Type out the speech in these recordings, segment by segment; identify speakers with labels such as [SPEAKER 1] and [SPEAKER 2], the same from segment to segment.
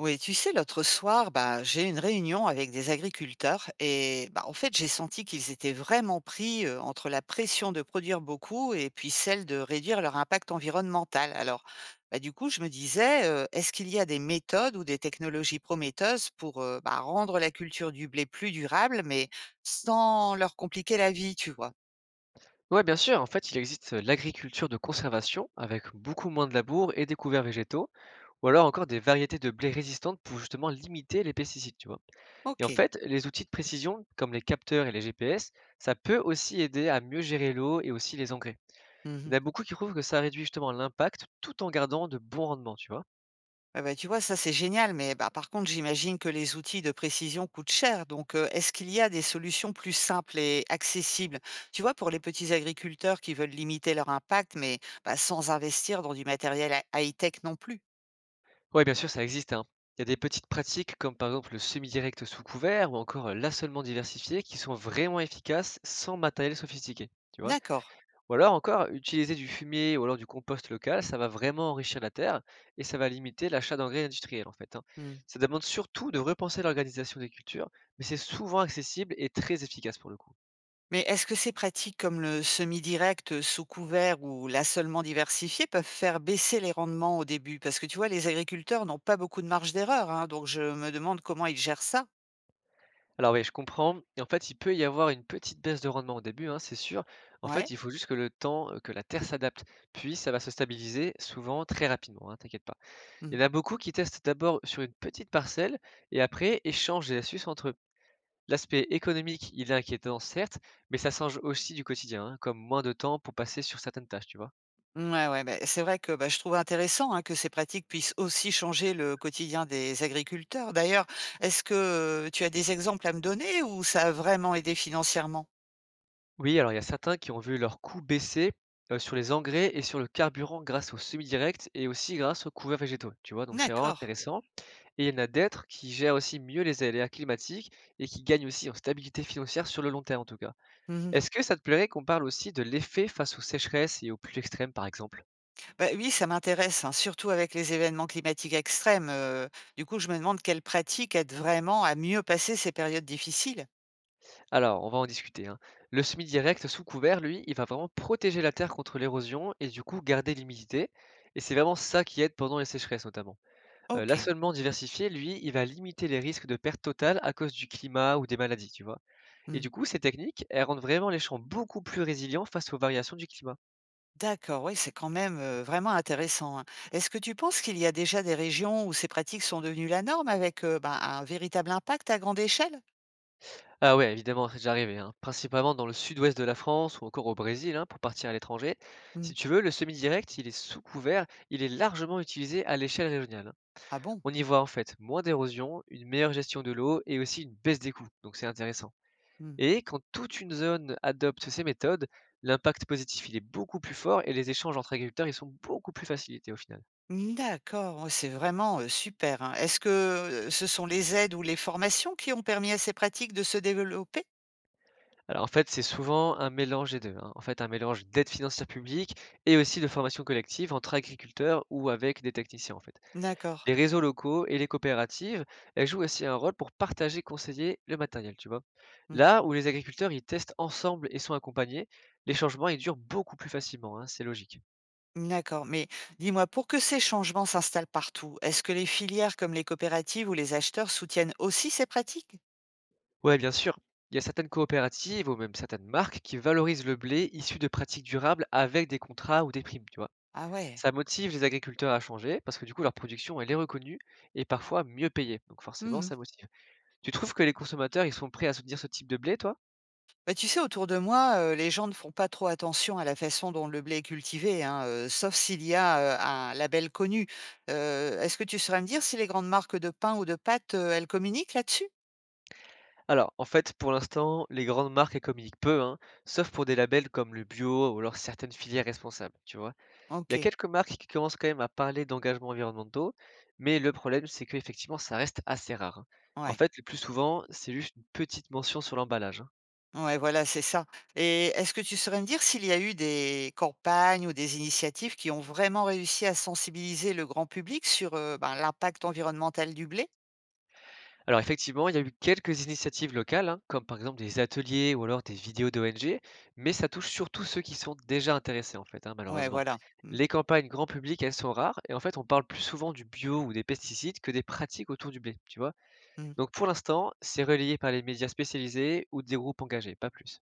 [SPEAKER 1] Oui, tu sais, l'autre soir, bah, j'ai eu une réunion avec des agriculteurs et bah, en fait, j'ai senti qu'ils étaient vraiment pris entre la pression de produire beaucoup et puis celle de réduire leur impact environnemental. Alors, bah, du coup, je me disais, est-ce qu'il y a des méthodes ou des technologies prometteuses pour bah, rendre la culture du blé plus durable, mais sans leur compliquer la vie, tu vois?
[SPEAKER 2] Ouais, bien sûr. En fait, il existe l'agriculture de conservation avec beaucoup moins de labour et des couverts végétaux, ou alors encore des variétés de blé résistantes pour justement limiter les pesticides, tu vois. Et
[SPEAKER 1] Ok.
[SPEAKER 2] en fait, les outils de précision comme les capteurs et les GPS, ça peut aussi aider à mieux gérer l'eau et aussi les engrais. Il y en a beaucoup qui trouvent que ça réduit justement l'impact tout en gardant de bons rendements, tu vois.
[SPEAKER 1] Ouais, bah, tu vois, ça c'est génial, mais bah, par contre, j'imagine que les outils de précision coûtent cher. Donc, est-ce qu'il y a des solutions plus simples et accessibles? Tu vois, pour les petits agriculteurs qui veulent limiter leur impact, mais bah, sans investir dans du matériel high-tech non plus.
[SPEAKER 2] Oui, bien sûr, ça existe, hein. Il y a des petites pratiques comme par exemple le semi-direct sous couvert ou encore l'assolement diversifié qui sont vraiment efficaces sans matériel sophistiqué, tu vois.
[SPEAKER 1] D'accord.
[SPEAKER 2] Ou alors encore, utiliser du fumier ou alors du compost local, ça va vraiment enrichir la terre et ça va limiter l'achat d'engrais industriels en fait, hein.
[SPEAKER 1] Hmm.
[SPEAKER 2] Ça demande surtout de repenser l'organisation des cultures, mais c'est souvent accessible et très efficace pour le coup.
[SPEAKER 1] Mais est-ce que ces pratiques comme le semi-direct sous couvert ou l'assolement diversifié peuvent faire baisser les rendements au début? Parce que tu vois, les agriculteurs n'ont pas beaucoup de marge d'erreur, hein, donc je me demande comment ils gèrent ça.
[SPEAKER 2] Alors oui, je comprends. Et en fait, il peut y avoir une petite baisse de rendement au début, hein, c'est sûr. En fait,
[SPEAKER 1] Ouais.
[SPEAKER 2] il faut juste que le temps, que la terre s'adapte. Puis, ça va se stabiliser souvent très rapidement, hein, t'inquiète pas. Il y en a beaucoup qui testent d'abord sur une petite parcelle et après échangent des astuces entre eux. L'aspect économique, il est inquiétant, certes, mais ça change aussi du quotidien, hein, comme moins de temps pour passer sur certaines tâches, tu vois?
[SPEAKER 1] Ouais, ouais, beh, c'est vrai que, bah, je trouve intéressant, hein, que ces pratiques puissent aussi changer le quotidien des agriculteurs. D'ailleurs, est-ce que, tu as des exemples à me donner ou ça a vraiment aidé financièrement?
[SPEAKER 2] Oui, alors il y a certains qui ont vu leurs coûts baisser sur les engrais et sur le carburant grâce aux semi-directs et aussi grâce aux couverts végétaux, tu vois? Donc c'est vraiment
[SPEAKER 1] D'accord.
[SPEAKER 2] intéressant. Et il y en a d'autres qui gèrent aussi mieux les aléas climatiques et qui gagnent aussi en stabilité financière sur le long terme en tout cas.
[SPEAKER 1] Mmh.
[SPEAKER 2] Est-ce que ça te plairait qu'on parle aussi de l'effet face aux sécheresses et aux pluies extrêmes par exemple?
[SPEAKER 1] Bah, oui, ça m'intéresse, hein, surtout avec les événements climatiques extrêmes, du coup, je me demande quelles pratiques aident vraiment à mieux passer ces périodes difficiles?
[SPEAKER 2] Alors, on va en discuter, hein. Le semi-direct sous couvert, lui, il va vraiment protéger la terre contre l'érosion et du coup garder l'humidité. Et c'est vraiment ça qui aide pendant les sécheresses notamment.
[SPEAKER 1] OK.
[SPEAKER 2] L'assolement diversifié, lui, il va limiter les risques de perte totale à cause du climat ou des maladies, tu vois. Et
[SPEAKER 1] Mmh.
[SPEAKER 2] du coup, ces techniques, elles rendent vraiment les champs beaucoup plus résilients face aux variations du climat.
[SPEAKER 1] D'accord, oui, c'est quand même, vraiment intéressant, hein. Est-ce que tu penses qu'il y a déjà des régions où ces pratiques sont devenues la norme avec, ben, un véritable impact à grande échelle?
[SPEAKER 2] Ah ouais, évidemment, c'est déjà arrivé, hein. Principalement dans le sud-ouest de la France ou encore au Brésil, hein, pour partir à l'étranger. Si
[SPEAKER 1] Mmh.
[SPEAKER 2] tu veux, le semi-direct, il est sous couvert, il est largement utilisé à l'échelle régionale, hein.
[SPEAKER 1] Ah bon?
[SPEAKER 2] On y voit en fait moins d'érosion, une meilleure gestion de l'eau et aussi une baisse des coûts, donc c'est intéressant.
[SPEAKER 1] Mmh.
[SPEAKER 2] Et quand toute une zone adopte ces méthodes, l'impact positif il est beaucoup plus fort et les échanges entre agriculteurs ils sont beaucoup plus facilités au final.
[SPEAKER 1] Mmh, d'accord, ouais, c'est vraiment, super, hein. Est-ce que, ce sont les aides ou les formations qui ont permis à ces pratiques de se développer?
[SPEAKER 2] Alors en fait c'est souvent un mélange des deux, hein. En fait un mélange d'aide financière publique et aussi de formation collective entre agriculteurs ou avec des techniciens en fait.
[SPEAKER 1] D'accord.
[SPEAKER 2] Les réseaux locaux et les coopératives, elles jouent aussi un rôle pour partager, conseiller le matériel, tu vois.
[SPEAKER 1] Mmh.
[SPEAKER 2] Là où les agriculteurs, ils testent ensemble et sont accompagnés, les changements, ils durent beaucoup plus facilement, hein, c'est logique.
[SPEAKER 1] D'accord, mais dis-moi, pour que ces changements s'installent partout, est-ce que les filières comme les coopératives ou les acheteurs soutiennent aussi ces pratiques?
[SPEAKER 2] Ouais, bien sûr, il y a certaines coopératives ou même certaines marques qui valorisent le blé issu de pratiques durables avec des contrats ou des primes, tu vois.
[SPEAKER 1] Ah ouais.
[SPEAKER 2] Ça motive les agriculteurs à changer parce que du coup, leur production, elle est reconnue et parfois mieux payée. Donc forcément,
[SPEAKER 1] Mmh.
[SPEAKER 2] ça motive. Tu trouves que les consommateurs, ils sont prêts à soutenir ce type de blé, toi?
[SPEAKER 1] Bah, tu sais, autour de moi, les gens ne font pas trop attention à la façon dont le blé est cultivé, hein, sauf s'il y a, un label connu. Heu, est-ce que tu saurais me dire si les grandes marques de pain ou de pâtes, elles communiquent là-dessus?
[SPEAKER 2] Alors, en fait, pour l'instant, les grandes marques, elles communiquent peu, hein, sauf pour des labels comme le bio ou alors certaines filières responsables, tu vois. Il y a
[SPEAKER 1] OK,
[SPEAKER 2] quelques marques qui commencent quand même à parler d'engagements environnementaux, mais le problème, c'est qu'effectivement, ça reste assez rare, hein. En
[SPEAKER 1] ouais.
[SPEAKER 2] fait, le plus souvent, c'est juste une petite mention sur l'emballage, hein.
[SPEAKER 1] Ouais, voilà, c'est ça, et est-ce que tu saurais me dire s'il y a eu des campagnes ou des initiatives qui ont vraiment réussi à sensibiliser le grand public sur, ben, l'impact environnemental du blé?
[SPEAKER 2] Alors effectivement, il y a eu quelques initiatives locales, hein, comme par exemple des ateliers ou alors des vidéos d'ONG, mais ça touche surtout ceux qui sont déjà intéressés en fait, hein,
[SPEAKER 1] Ouais,
[SPEAKER 2] malheureusement.
[SPEAKER 1] voilà. Mmh.
[SPEAKER 2] Les campagnes grand public, elles sont rares, et en fait on parle plus souvent du bio ou des pesticides que des pratiques autour du blé, tu vois.
[SPEAKER 1] Mh.
[SPEAKER 2] Donc pour l'instant, c'est relayé par les médias spécialisés ou des groupes engagés, pas plus.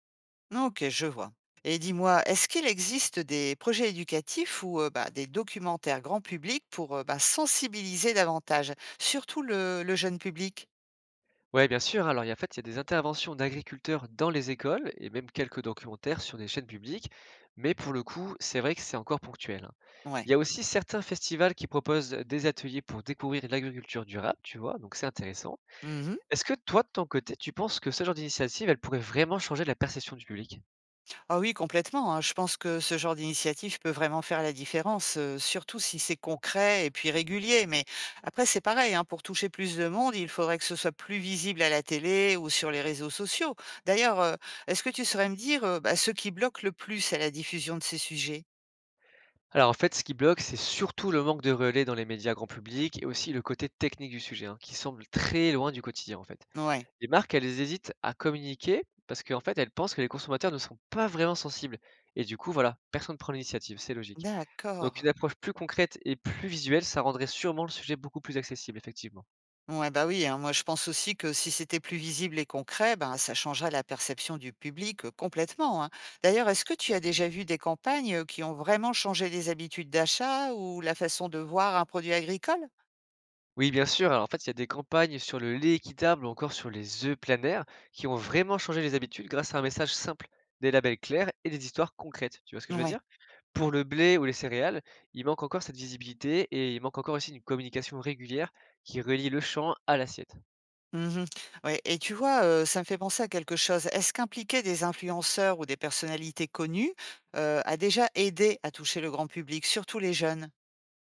[SPEAKER 1] OK, je vois. Et dis-moi, est-ce qu'il existe des projets éducatifs ou bah, des documentaires grand public pour, bah, sensibiliser davantage, surtout le jeune public?
[SPEAKER 2] Ouais, bien sûr, hein. Alors, il y a, en fait, il y a des interventions d'agriculteurs dans les écoles et même quelques documentaires sur des chaînes publiques. Mais pour le coup, c'est vrai que c'est encore ponctuel, hein. Il
[SPEAKER 1] Ouais.
[SPEAKER 2] y a aussi certains festivals qui proposent des ateliers pour découvrir l'agriculture durable, tu vois, donc c'est intéressant.
[SPEAKER 1] Mmh.
[SPEAKER 2] Est-ce que toi, de ton côté, tu penses que ce genre d'initiative, elle pourrait vraiment changer la perception du public?
[SPEAKER 1] Ah oui, complètement, hein. Je pense que ce genre d'initiative peut vraiment faire la différence, surtout si c'est concret et puis régulier. Mais après, c'est pareil, hein, pour toucher plus de monde, il faudrait que ce soit plus visible à la télé ou sur les réseaux sociaux. D'ailleurs, est-ce que tu saurais me dire, bah, ce qui bloque le plus à la diffusion de ces sujets?
[SPEAKER 2] Alors en fait, ce qui bloque, c'est surtout le manque de relais dans les médias grand public et aussi le côté technique du sujet, hein, qui semble très loin du quotidien en fait.
[SPEAKER 1] Ouais.
[SPEAKER 2] Les marques, elles hésitent à communiquer parce qu'en fait, elles pensent que les consommateurs ne sont pas vraiment sensibles et du coup, voilà, personne ne prend l'initiative, c'est logique. Donc une
[SPEAKER 1] D'accord.
[SPEAKER 2] approche plus concrète et plus visuelle, ça rendrait sûrement le sujet beaucoup plus accessible, effectivement.
[SPEAKER 1] Ouais, bah oui, hein, moi je pense aussi que si c'était plus visible et concret, ben, ça changerait la perception du public complètement. Hein. D'ailleurs, est-ce que tu as déjà vu des campagnes qui ont vraiment changé les habitudes d'achat ou la façon de voir un produit agricole?
[SPEAKER 2] Oui, bien sûr, alors en fait, il y a des campagnes sur le lait équitable ou encore sur les œufs planaires qui ont vraiment changé les habitudes grâce à un message simple, des labels clairs et des histoires concrètes, tu vois ce que je veux
[SPEAKER 1] Ouais.
[SPEAKER 2] dire? Pour le blé ou les céréales, il manque encore cette visibilité et il manque encore aussi une communication régulière qui relie le champ à l'assiette.
[SPEAKER 1] Mhm. Ouais. Et tu vois, ça me fait penser à quelque chose. Est-ce qu'impliquer des influenceurs ou des personnalités connues a déjà aidé à toucher le grand public, surtout les jeunes?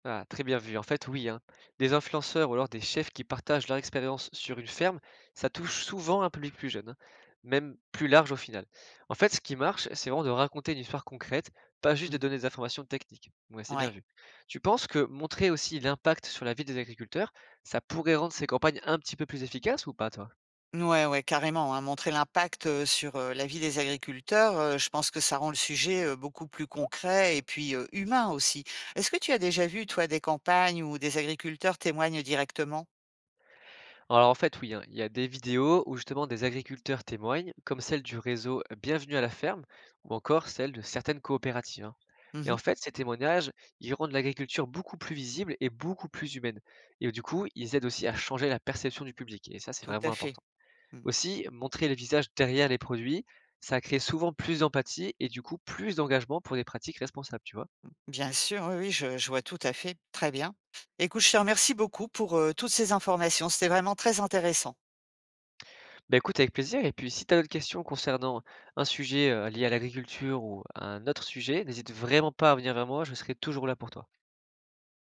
[SPEAKER 2] Ah, très bien vu. En fait, oui, hein. Des influenceurs ou alors des chefs qui partagent leur expérience sur une ferme, ça touche souvent un public plus jeune, hein, même plus large au final. En fait, ce qui marche, c'est vraiment de raconter une histoire concrète, pas juste de
[SPEAKER 1] Mm.
[SPEAKER 2] donner des informations techniques. Ouais, c'est bien
[SPEAKER 1] Ouais.
[SPEAKER 2] vu. Tu penses que montrer aussi l'impact sur la vie des agriculteurs, ça pourrait rendre ces campagnes un petit peu plus efficaces ou pas, toi?
[SPEAKER 1] Ouais, ouais, carrément, hein. Montrer l'impact, sur, la vie des agriculteurs, je pense que ça rend le sujet, beaucoup plus concret et puis, humain aussi. Est-ce que tu as déjà vu, toi, des campagnes où des agriculteurs témoignent directement?
[SPEAKER 2] Alors en fait, oui, hein, il y a des vidéos où justement des agriculteurs témoignent, comme celle du réseau Bienvenue à la ferme, ou encore celle de certaines coopératives, hein. Et en
[SPEAKER 1] Mmh,
[SPEAKER 2] fait, ces témoignages, ils rendent l'agriculture beaucoup plus visible et beaucoup plus humaine. Et du coup, ils aident aussi à changer la perception du public. Et ça, c'est
[SPEAKER 1] tout
[SPEAKER 2] vraiment
[SPEAKER 1] à fait.
[SPEAKER 2] important.
[SPEAKER 1] Mmh.
[SPEAKER 2] Aussi, montrer les visages derrière les produits, ça crée souvent plus d'empathie et du coup plus d'engagement pour des pratiques responsables, tu vois.
[SPEAKER 1] Bien sûr, oui, oui, je vois tout à fait. Très bien. Écoute, je te remercie beaucoup pour, toutes ces informations. C'était vraiment très intéressant.
[SPEAKER 2] Bah, écoute avec plaisir et puis si tu as d'autres questions concernant un sujet, lié à l'agriculture ou à un autre sujet, n'hésite vraiment pas à venir vers moi, je serai toujours là pour toi.